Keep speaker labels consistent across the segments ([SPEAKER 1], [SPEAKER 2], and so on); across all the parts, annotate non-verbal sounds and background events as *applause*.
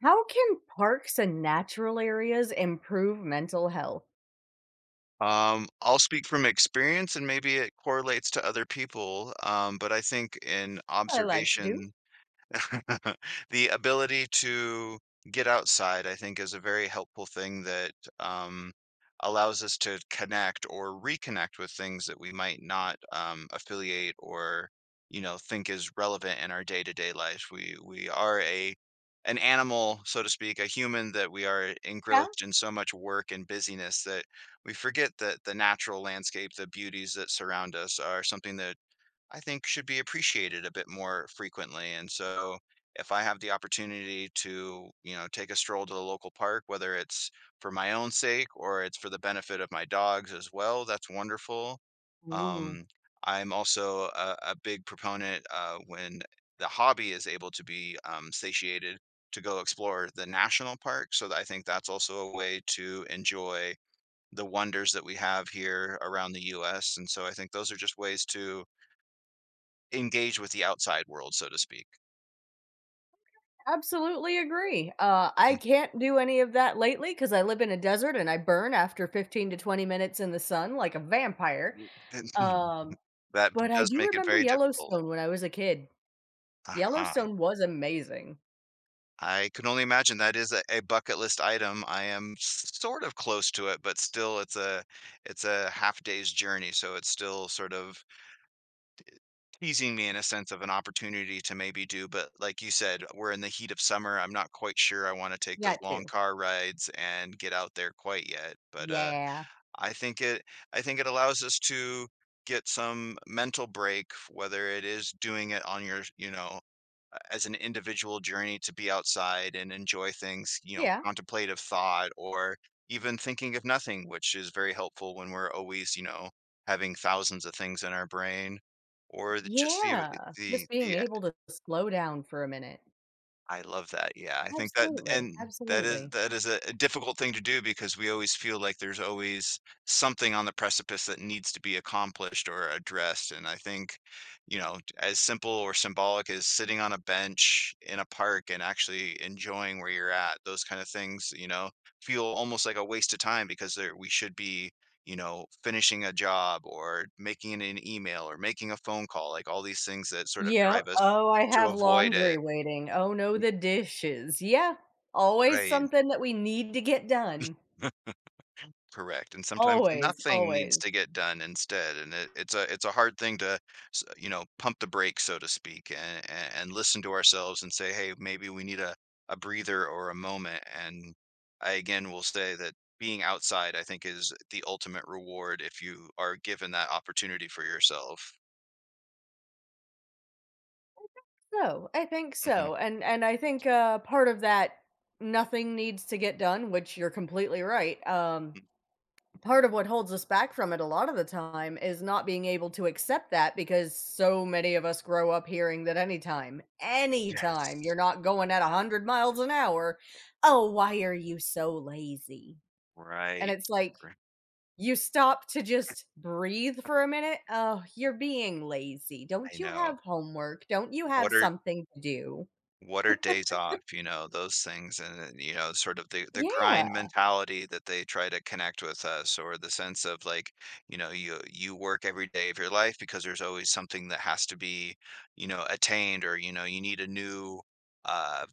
[SPEAKER 1] How can parks and natural areas improve mental health?
[SPEAKER 2] I'll speak from experience and maybe it correlates to other people, but I think in
[SPEAKER 1] I like to do.
[SPEAKER 2] observation, *laughs* The ability to get outside, I think, is a very helpful thing that um, allows us to connect or reconnect with things that we might not affiliate or, you know, think is relevant in our day-to-day life. We are a an animal, so to speak, a human that we are
[SPEAKER 1] Yeah.
[SPEAKER 2] engrossed in so much work and busyness that we forget that the natural landscape, the beauties that surround us are something that I think should be appreciated a bit more frequently. And so if I have the opportunity to, you know, take a stroll to the local park, whether it's for my own sake or it's for the benefit of my dogs as well, that's wonderful.
[SPEAKER 1] Ooh.
[SPEAKER 2] Um, I'm also a big proponent when the hobby is able to be satiated to go explore the national park. So that I think that's also a way to enjoy the wonders that we have here around the US. And so I think those are just ways to engage with the outside world, so to speak.
[SPEAKER 1] Absolutely agree. I can't do any of that lately because I live in a desert and I burn after 15 to 20 minutes in the sun like a vampire.
[SPEAKER 2] *laughs*
[SPEAKER 1] Um,
[SPEAKER 2] That
[SPEAKER 1] but I
[SPEAKER 2] does
[SPEAKER 1] do
[SPEAKER 2] make it
[SPEAKER 1] remember
[SPEAKER 2] very difficult.
[SPEAKER 1] Yellowstone when I was a kid.
[SPEAKER 2] Uh-huh.
[SPEAKER 1] Yellowstone was amazing.
[SPEAKER 2] I can only imagine that is a bucket list item. I am sort of close to it, but still it's a half day's journey, so it's still sort of teasing me in a sense of an opportunity to maybe do, but like you said, we're in the heat of summer. I'm not quite sure I wanna take those
[SPEAKER 1] That
[SPEAKER 2] long
[SPEAKER 1] too.
[SPEAKER 2] car rides and get out there quite yet, but.
[SPEAKER 1] Yeah.
[SPEAKER 2] I think it I think it allows us to get some mental break, whether it is doing it on your, you know, as an individual journey to be outside and enjoy things, you know,
[SPEAKER 1] Yeah.
[SPEAKER 2] contemplative thought or even thinking of nothing, which is very helpful when we're always, you know, having thousands of things in our brain or the, just the
[SPEAKER 1] Yeah.
[SPEAKER 2] the
[SPEAKER 1] Just being
[SPEAKER 2] the
[SPEAKER 1] able to slow down for a minute.
[SPEAKER 2] I love that, yeah, I think that
[SPEAKER 1] Absolutely.
[SPEAKER 2] and that is
[SPEAKER 1] Absolutely.
[SPEAKER 2] that is a a difficult thing to do because we always feel like there's always something on the precipice that needs to be accomplished or addressed, and I think, you know, as simple or symbolic as sitting on a bench in a park and actually enjoying where you're at, those kind of things, you know, feel almost like a waste of time because there we should be, you know, finishing a job or making an email or making a phone call, like all these things that sort of
[SPEAKER 1] Yep.
[SPEAKER 2] drive us
[SPEAKER 1] "Oh, I
[SPEAKER 2] to
[SPEAKER 1] have
[SPEAKER 2] avoid it,
[SPEAKER 1] laundry waiting. Oh, no, the dishes." Yeah, always
[SPEAKER 2] right.
[SPEAKER 1] something that we need to get done.
[SPEAKER 2] Correct, and sometimes
[SPEAKER 1] Always,
[SPEAKER 2] nothing needs
[SPEAKER 1] always.
[SPEAKER 2] to get done instead, and it's a hard thing to, s you know, pump the brakes, so to speak, and and listen to ourselves and say, "Hey, maybe we need a breather or a moment," and I again will say that being outside, I think, is the ultimate reward if you are given that opportunity for yourself.
[SPEAKER 1] So, I think
[SPEAKER 2] Mhm,
[SPEAKER 1] so, and I think, part of that nothing needs to get done, which you're completely right,
[SPEAKER 2] mm.
[SPEAKER 1] part of what holds us back from it a lot of the time is not being able to accept that because so many of us grow up hearing that anytime, anytime you're
[SPEAKER 2] Yes,
[SPEAKER 1] not going at 100 miles an hour. "Oh, why are you so lazy?" And
[SPEAKER 2] right,
[SPEAKER 1] it's like,
[SPEAKER 2] Right.
[SPEAKER 1] you stop to just breathe for a minute. Oh, you're being lazy. Don't
[SPEAKER 2] I
[SPEAKER 1] you
[SPEAKER 2] know.
[SPEAKER 1] have homework? Don't you have
[SPEAKER 2] What are
[SPEAKER 1] something to do?
[SPEAKER 2] What are days off? You know, those things and, then, you know, sort of the grind
[SPEAKER 1] Yeah,
[SPEAKER 2] mentality that they try to connect with us or the sense of like, you know, you work every day of your life because there's always something that has to be, you know, attained or, you know, you need a new uh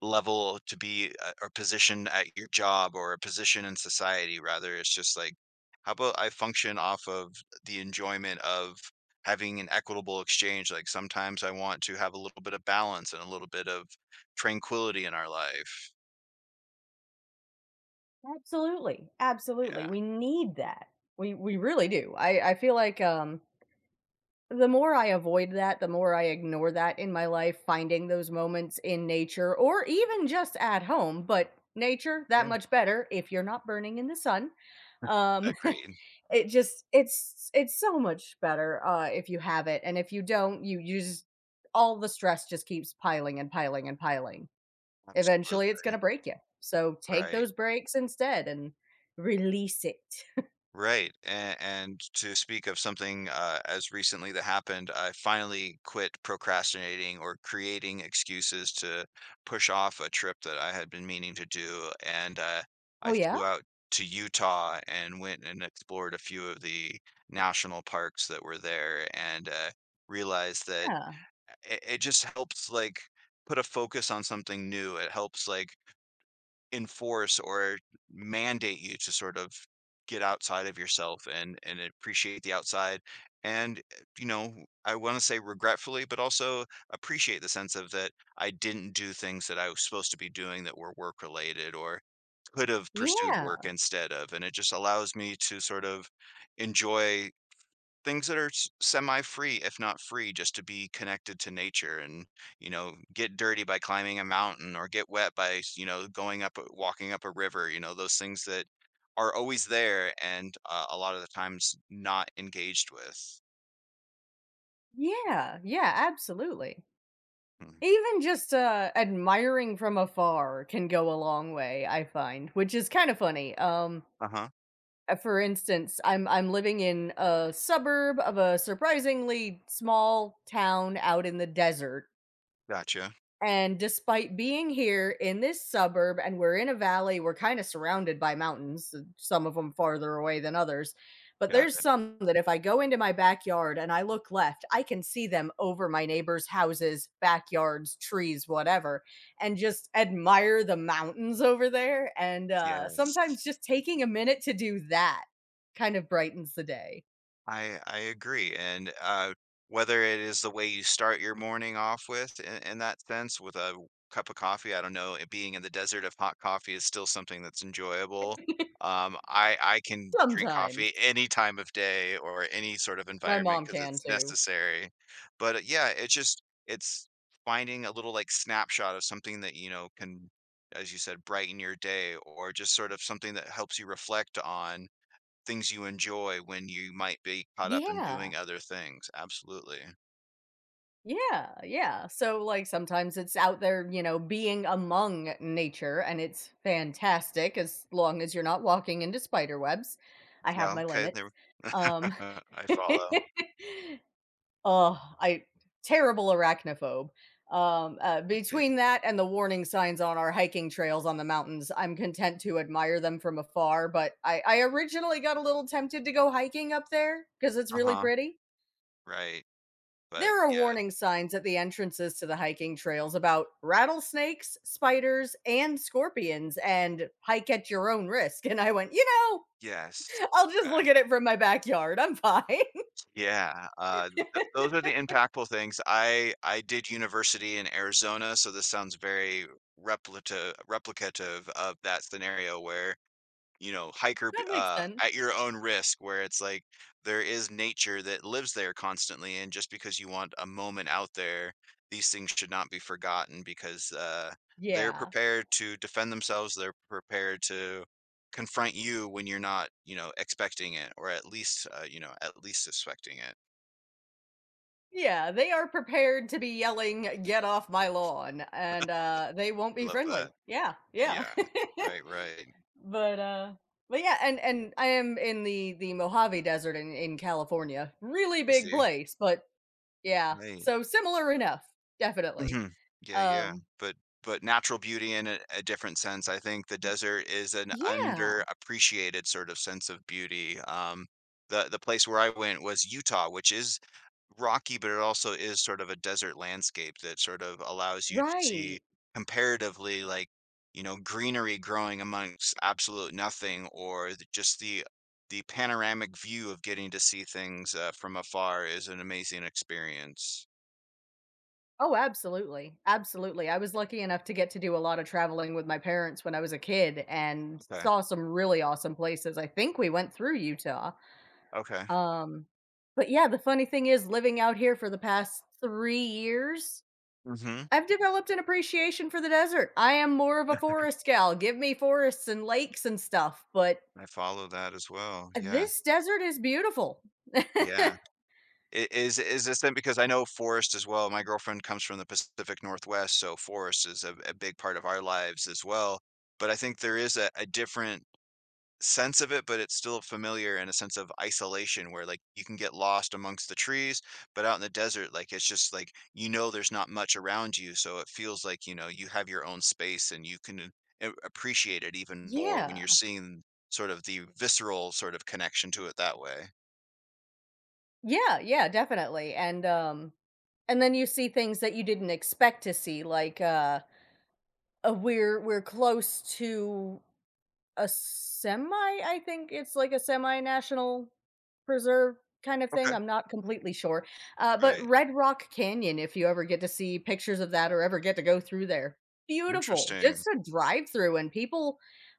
[SPEAKER 2] level to be or position at your job or a position in society rather it's just like how about I function off of the enjoyment of having an equitable exchange like sometimes I want to have a little bit of balance and a little bit of tranquility in our life.
[SPEAKER 1] absolutely. Absolutely.
[SPEAKER 2] Yeah.
[SPEAKER 1] We need that. We really do. I feel like the more I avoid that, the more I ignore that in my life, finding those moments in nature or even just at home, but nature that
[SPEAKER 2] Yeah.
[SPEAKER 1] much better if you're not burning in the sun. Um *laughs*
[SPEAKER 2] Agreed.
[SPEAKER 1] It just it's so much better, if you have it, and if you don't, you just all the stress just keeps piling and piling and piling. Eventually, it's gonna
[SPEAKER 2] Absolutely.
[SPEAKER 1] break you. So, take
[SPEAKER 2] Right.
[SPEAKER 1] those breaks instead and release it.
[SPEAKER 2] Right, and to speak of something as recently that happened, I finally quit procrastinating or creating excuses to push off a trip that I had been meaning to do, and
[SPEAKER 1] Oh,
[SPEAKER 2] I
[SPEAKER 1] yeah?
[SPEAKER 2] flew out to Utah and went and explored a few of the national parks that were there, and realized that
[SPEAKER 1] Yeah.
[SPEAKER 2] it just helps like put a focus on something new. It helps like enforce or mandate you to sort of get outside of yourself and appreciate the outside and you know, I want to say regretfully but also appreciate the sense of that I didn't do things that I was supposed to be doing that were work related or could have pursued work
[SPEAKER 1] Yeah.
[SPEAKER 2] instead of and it just allows me to sort of enjoy things that are semi-free, if not free, just to be connected to nature and, you know, get dirty by climbing a mountain or get wet by, you know, going up, walking up a river, you know, those things that are always there and a lot of the times not engaged with.
[SPEAKER 1] Yeah, yeah, absolutely.
[SPEAKER 2] Mm.
[SPEAKER 1] Even just, admiring from afar can go a long way, I find, which is kinda funny.
[SPEAKER 2] Uh-huh.
[SPEAKER 1] For instance, I'm living in a suburb of a surprisingly small town out in the desert,
[SPEAKER 2] Gotcha.
[SPEAKER 1] and despite being here in this suburb and we're in a valley, we're kinda surrounded by mountains, some of them farther away than others, but
[SPEAKER 2] Got
[SPEAKER 1] there's
[SPEAKER 2] it.
[SPEAKER 1] some that if I go into my backyard and I look left, I can see them over my neighbors' houses, backyards, trees, whatever, and just admire the mountains over there, and,
[SPEAKER 2] Yes.
[SPEAKER 1] sometimes just taking a minute to do that kind of brightens the day.
[SPEAKER 2] I agree, and, whether it is the way you start your morning off with in that sense with a cup of coffee, I don't know, it being in the desert of hot coffee is still something that's enjoyable. I can drink
[SPEAKER 1] Sometimes.
[SPEAKER 2] coffee any time of day or any sort of
[SPEAKER 1] My
[SPEAKER 2] environment
[SPEAKER 1] mom
[SPEAKER 2] because
[SPEAKER 1] can
[SPEAKER 2] it's
[SPEAKER 1] too.
[SPEAKER 2] necessary. Yeah, it's just it's finding a little, like, snapshot of something that, you know, can, as you said, brighten your day or just sort of something that helps you reflect on things you enjoy when you might be caught up in
[SPEAKER 1] Yeah.
[SPEAKER 2] doing other things. Absolutely.
[SPEAKER 1] Yeah, yeah. So like sometimes it's out there, you know, being among nature and it's fantastic as long as you're not walking into spider webs. I have
[SPEAKER 2] Yeah,
[SPEAKER 1] my
[SPEAKER 2] okay,
[SPEAKER 1] limits. Um
[SPEAKER 2] *laughs* I follow.
[SPEAKER 1] *laughs* Oh, I terrible arachnophobe.
[SPEAKER 2] I see.
[SPEAKER 1] Between that and the warning signs on our hiking trails on the mountains, I'm content to admire them from afar, but I originally got a little tempted to go hiking up there because it's really
[SPEAKER 2] Uh-huh,
[SPEAKER 1] pretty.
[SPEAKER 2] right, but
[SPEAKER 1] There are
[SPEAKER 2] yeah.
[SPEAKER 1] warning signs at the entrances to the hiking trails about rattlesnakes, spiders, and scorpions, and hike at your own risk. And I went, you know,
[SPEAKER 2] Yes,
[SPEAKER 1] I'll just look
[SPEAKER 2] okay.
[SPEAKER 1] at it from my backyard. I'm fine. *laughs* That
[SPEAKER 2] Yeah, th those are the impactful things. I did university in Arizona, so this sounds very replicative of that scenario where you know, hiker b
[SPEAKER 1] makes sense.
[SPEAKER 2] at your own risk where it's like there is nature that lives there constantly, and just because you want a moment out there, these things should not be forgotten because, they're
[SPEAKER 1] Yeah.
[SPEAKER 2] prepared to defend themselves, they're prepared to confront you when you're not, you know, expecting it or at least, you know, at least suspecting it.
[SPEAKER 1] Yeah. They are prepared to be yelling, get off my lawn, and they won't be
[SPEAKER 2] Love
[SPEAKER 1] friendly.
[SPEAKER 2] that.
[SPEAKER 1] Yeah. Yeah.
[SPEAKER 2] Yeah. Right, right.
[SPEAKER 1] *laughs* but, uh, but yeah, and I am in the Mojave Desert in California. Really
[SPEAKER 2] I
[SPEAKER 1] big
[SPEAKER 2] see.
[SPEAKER 1] place, but yeah,
[SPEAKER 2] Right.
[SPEAKER 1] so similar enough, definitely.
[SPEAKER 2] Mhm. Yeah, yeah,
[SPEAKER 1] Um,
[SPEAKER 2] but but natural beauty in a different sense, I think the desert is an
[SPEAKER 1] yeah,
[SPEAKER 2] underappreciated sort of sense of beauty, the place where I went was Utah, which is rocky, but it also is sort of a desert landscape that sort of allows you to see
[SPEAKER 1] right.
[SPEAKER 2] comparatively, like, you know, greenery growing amongst absolute nothing or the just the panoramic view of getting to see things, from afar is an amazing experience.
[SPEAKER 1] Oh, absolutely, absolutely. I was lucky enough to get to do a lot of traveling with my parents when I was a kid and
[SPEAKER 2] Okay,
[SPEAKER 1] saw some really awesome places. I think we went through Utah.
[SPEAKER 2] okay.
[SPEAKER 1] Um, but yeah, the funny thing is living out here for the past 3 years,
[SPEAKER 2] Mhm.
[SPEAKER 1] I've developed an appreciation for the desert. I am more of a forest gal. Give me forests and lakes and stuff, but
[SPEAKER 2] I follow that as well, yeah,
[SPEAKER 1] this desert is beautiful.
[SPEAKER 2] yeah.
[SPEAKER 1] *laughs*
[SPEAKER 2] I is this then because I know forest as well, my girlfriend comes from the Pacific Northwest, so forest is a big part of our lives as well, but I think there is a different sense of it, but it's still familiar in a sense of isolation where, like, you can get lost amongst the trees, but out in the desert, like, it's just, like, you know there's not much around you, so it feels like, you know, you have your own space and you can a appreciate it even more when
[SPEAKER 1] Yeah.
[SPEAKER 2] you're seeing sort of the visceral sort of connection to it that way.
[SPEAKER 1] Yeah, yeah, definitely, and then you see things that you didn't expect to see, like, we're close to a semi, I think it's like a semi-national preserve kind of thing,
[SPEAKER 2] Okay.
[SPEAKER 1] I'm not completely sure, but
[SPEAKER 2] Right.
[SPEAKER 1] Red Rock Canyon, if you ever get to see pictures of that or ever get to go through there, beautiful,
[SPEAKER 2] Interesting.
[SPEAKER 1] just a drive through, and people,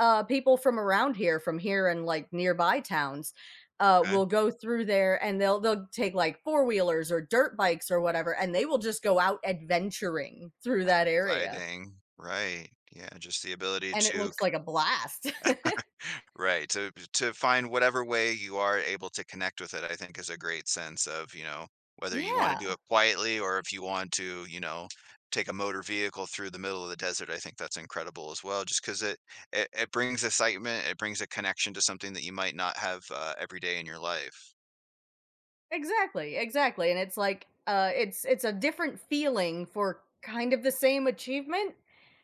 [SPEAKER 1] people from around here, from here and like nearby towns,
[SPEAKER 2] Okay.
[SPEAKER 1] will go through there and they'll take like four-wheelers or dirt bikes or whatever, and they will just go out adventuring through
[SPEAKER 2] That's
[SPEAKER 1] that area,
[SPEAKER 2] exciting. Right. Yeah. Just the ability
[SPEAKER 1] and it
[SPEAKER 2] to,
[SPEAKER 1] looks like a blast. *laughs*
[SPEAKER 2] right. To find whatever way you are able to connect with it, I think is a great sense of, you know, whether you want to do
[SPEAKER 1] Yeah.
[SPEAKER 2] it quietly or if you want to, you know, take a motor vehicle through the middle of the desert. I think that's incredible as well, just because it brings excitement. It brings a connection to something that you might not have every day in your life.
[SPEAKER 1] Exactly, exactly, and it's like, it's a different feeling for kind of the same achievement,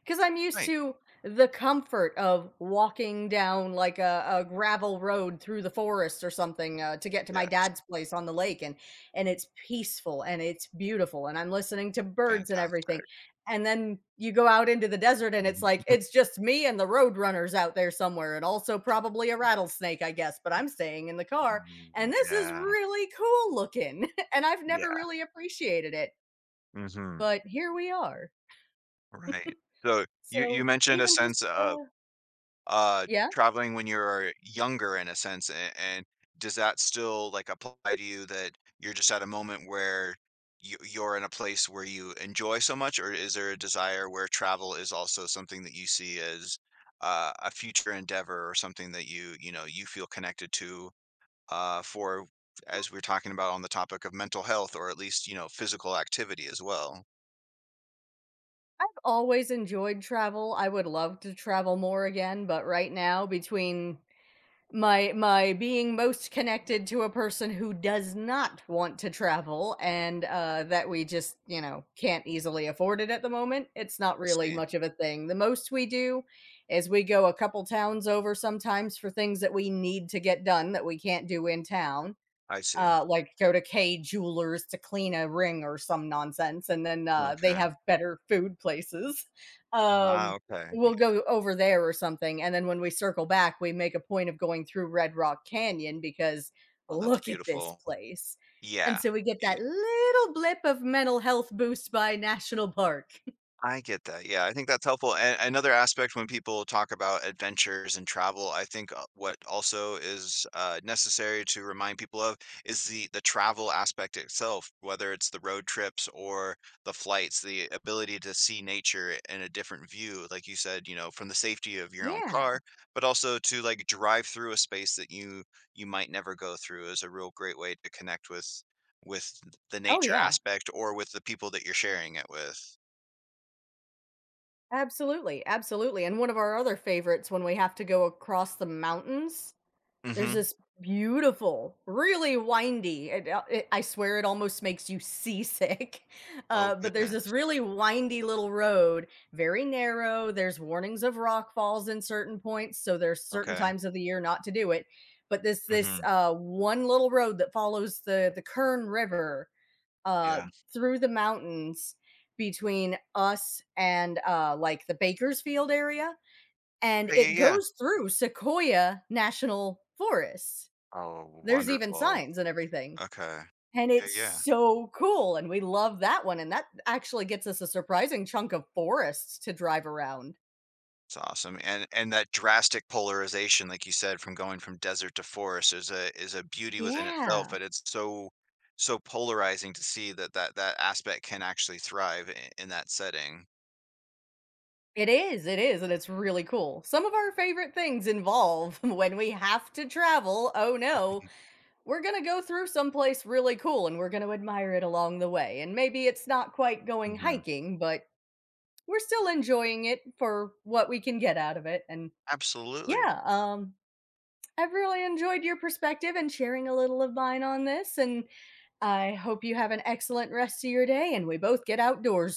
[SPEAKER 1] because 'cause I'm used
[SPEAKER 2] Right.
[SPEAKER 1] to the comfort of walking down, like, a gravel road through the forest or something, to get to my
[SPEAKER 2] Yes.
[SPEAKER 1] dad's place on the lake, and it's peaceful, and it's beautiful, and I'm listening to birds and everything,
[SPEAKER 2] Fantastic.
[SPEAKER 1] and then you go out into the desert, and it's like,
[SPEAKER 2] Mhm.
[SPEAKER 1] it's just me and the road runners out there somewhere, and also probably a rattlesnake, I guess, but I'm staying in the car, and this is
[SPEAKER 2] Yeah.
[SPEAKER 1] really cool looking. *laughs* And I've never
[SPEAKER 2] Yeah.
[SPEAKER 1] really appreciated it,
[SPEAKER 2] Hmm.
[SPEAKER 1] but here we are.
[SPEAKER 2] Right. So you
[SPEAKER 1] So
[SPEAKER 2] mentioned a
[SPEAKER 1] even just,
[SPEAKER 2] sense of uh
[SPEAKER 1] yeah,
[SPEAKER 2] traveling when you're younger in a sense and does that still like apply to you that you're just at a moment where you're in a place where you enjoy so much or is there a desire where travel is also something that you see as a future endeavor or something that you know you feel connected to for as we're talking about on the topic of mental health or at least you know physical activity as well.
[SPEAKER 1] I've always enjoyed travel. I would love to travel more again, but right now, between my being most connected to a person who does not want to travel, and uh, that we just, you know, can't easily afford it at the moment, it's not
[SPEAKER 2] I
[SPEAKER 1] really
[SPEAKER 2] see.
[SPEAKER 1] much of a thing. The most we do is we go a couple towns over sometimes for things that we need to get done that we can't do in town,
[SPEAKER 2] I see.
[SPEAKER 1] like, go to K Jewelers to clean a ring or some nonsense, and then, they
[SPEAKER 2] Okay.
[SPEAKER 1] have better food places. *laughs*
[SPEAKER 2] Ah,
[SPEAKER 1] Um,
[SPEAKER 2] okay,
[SPEAKER 1] we'll
[SPEAKER 2] yeah,
[SPEAKER 1] go over there or something, and then when we circle back, we make a point of going through Red Rock Canyon because,
[SPEAKER 2] oh, that's
[SPEAKER 1] "Look at this
[SPEAKER 2] beautiful.
[SPEAKER 1] place." And
[SPEAKER 2] Yeah,
[SPEAKER 1] so we get
[SPEAKER 2] you
[SPEAKER 1] that little blip of mental health boost by national park.
[SPEAKER 2] I get that, yeah, I think that's helpful, and another aspect when people talk about adventures and travel, I think, what also is, necessary to remind people of is the travel aspect itself, whether it's the road trips or the flights, the ability to see nature in a different view, like you said, you know, from the safety of your own
[SPEAKER 1] Yeah.
[SPEAKER 2] car, but also to, like, drive through a space that you might never go through is a real great way to connect with the
[SPEAKER 1] Oh,
[SPEAKER 2] nature
[SPEAKER 1] yeah.
[SPEAKER 2] aspect or with the people that you're sharing it with.
[SPEAKER 1] Absolutely, absolutely, and one of our other favorites when we have to go across the mountains, there's
[SPEAKER 2] Mhm.
[SPEAKER 1] this beautiful, really windy, it it I swear it almost makes you seasick, *laughs*
[SPEAKER 2] Oh,
[SPEAKER 1] but there's
[SPEAKER 2] goodness.
[SPEAKER 1] this really windy little road, very narrow, there's warnings of rock falls in certain points, so there's certain
[SPEAKER 2] Okay.
[SPEAKER 1] times of the year not to do it, but
[SPEAKER 2] Mhm.
[SPEAKER 1] one little road that follows the Kern River, uh,
[SPEAKER 2] Yeah.
[SPEAKER 1] through the mountains between us and, like, the Bakersfield area, and
[SPEAKER 2] Okay, yeah,
[SPEAKER 1] it
[SPEAKER 2] yeah.
[SPEAKER 1] goes through Sequoia National Forest.
[SPEAKER 2] Oh,
[SPEAKER 1] There's even
[SPEAKER 2] wonderful.
[SPEAKER 1] signs and everything,
[SPEAKER 2] Okay.
[SPEAKER 1] and
[SPEAKER 2] Yeah,
[SPEAKER 1] it's
[SPEAKER 2] yeah.
[SPEAKER 1] so cool, and we love that one, and that actually gets us a surprising chunk of forests to drive around.
[SPEAKER 2] It's awesome, and that drastic polarization, like you said, from going from desert to forest is a beauty within itself,
[SPEAKER 1] Yeah.
[SPEAKER 2] but it's so so polarizing to see that that aspect can actually thrive I in that setting.
[SPEAKER 1] It is, and it's really cool. Some of our favorite things involve *laughs* when we have to travel, oh no,
[SPEAKER 2] Mhm.
[SPEAKER 1] we're gonna go through someplace really cool and we're gonna admire it along the way. And maybe it's not quite going
[SPEAKER 2] Mhm.
[SPEAKER 1] hiking, but we're still enjoying it for what we can get out of it. And
[SPEAKER 2] Absolutely.
[SPEAKER 1] yeah, I've really enjoyed your perspective and sharing a little of mine on this, and I hope you have an excellent rest of your day and we both get outdoors soon.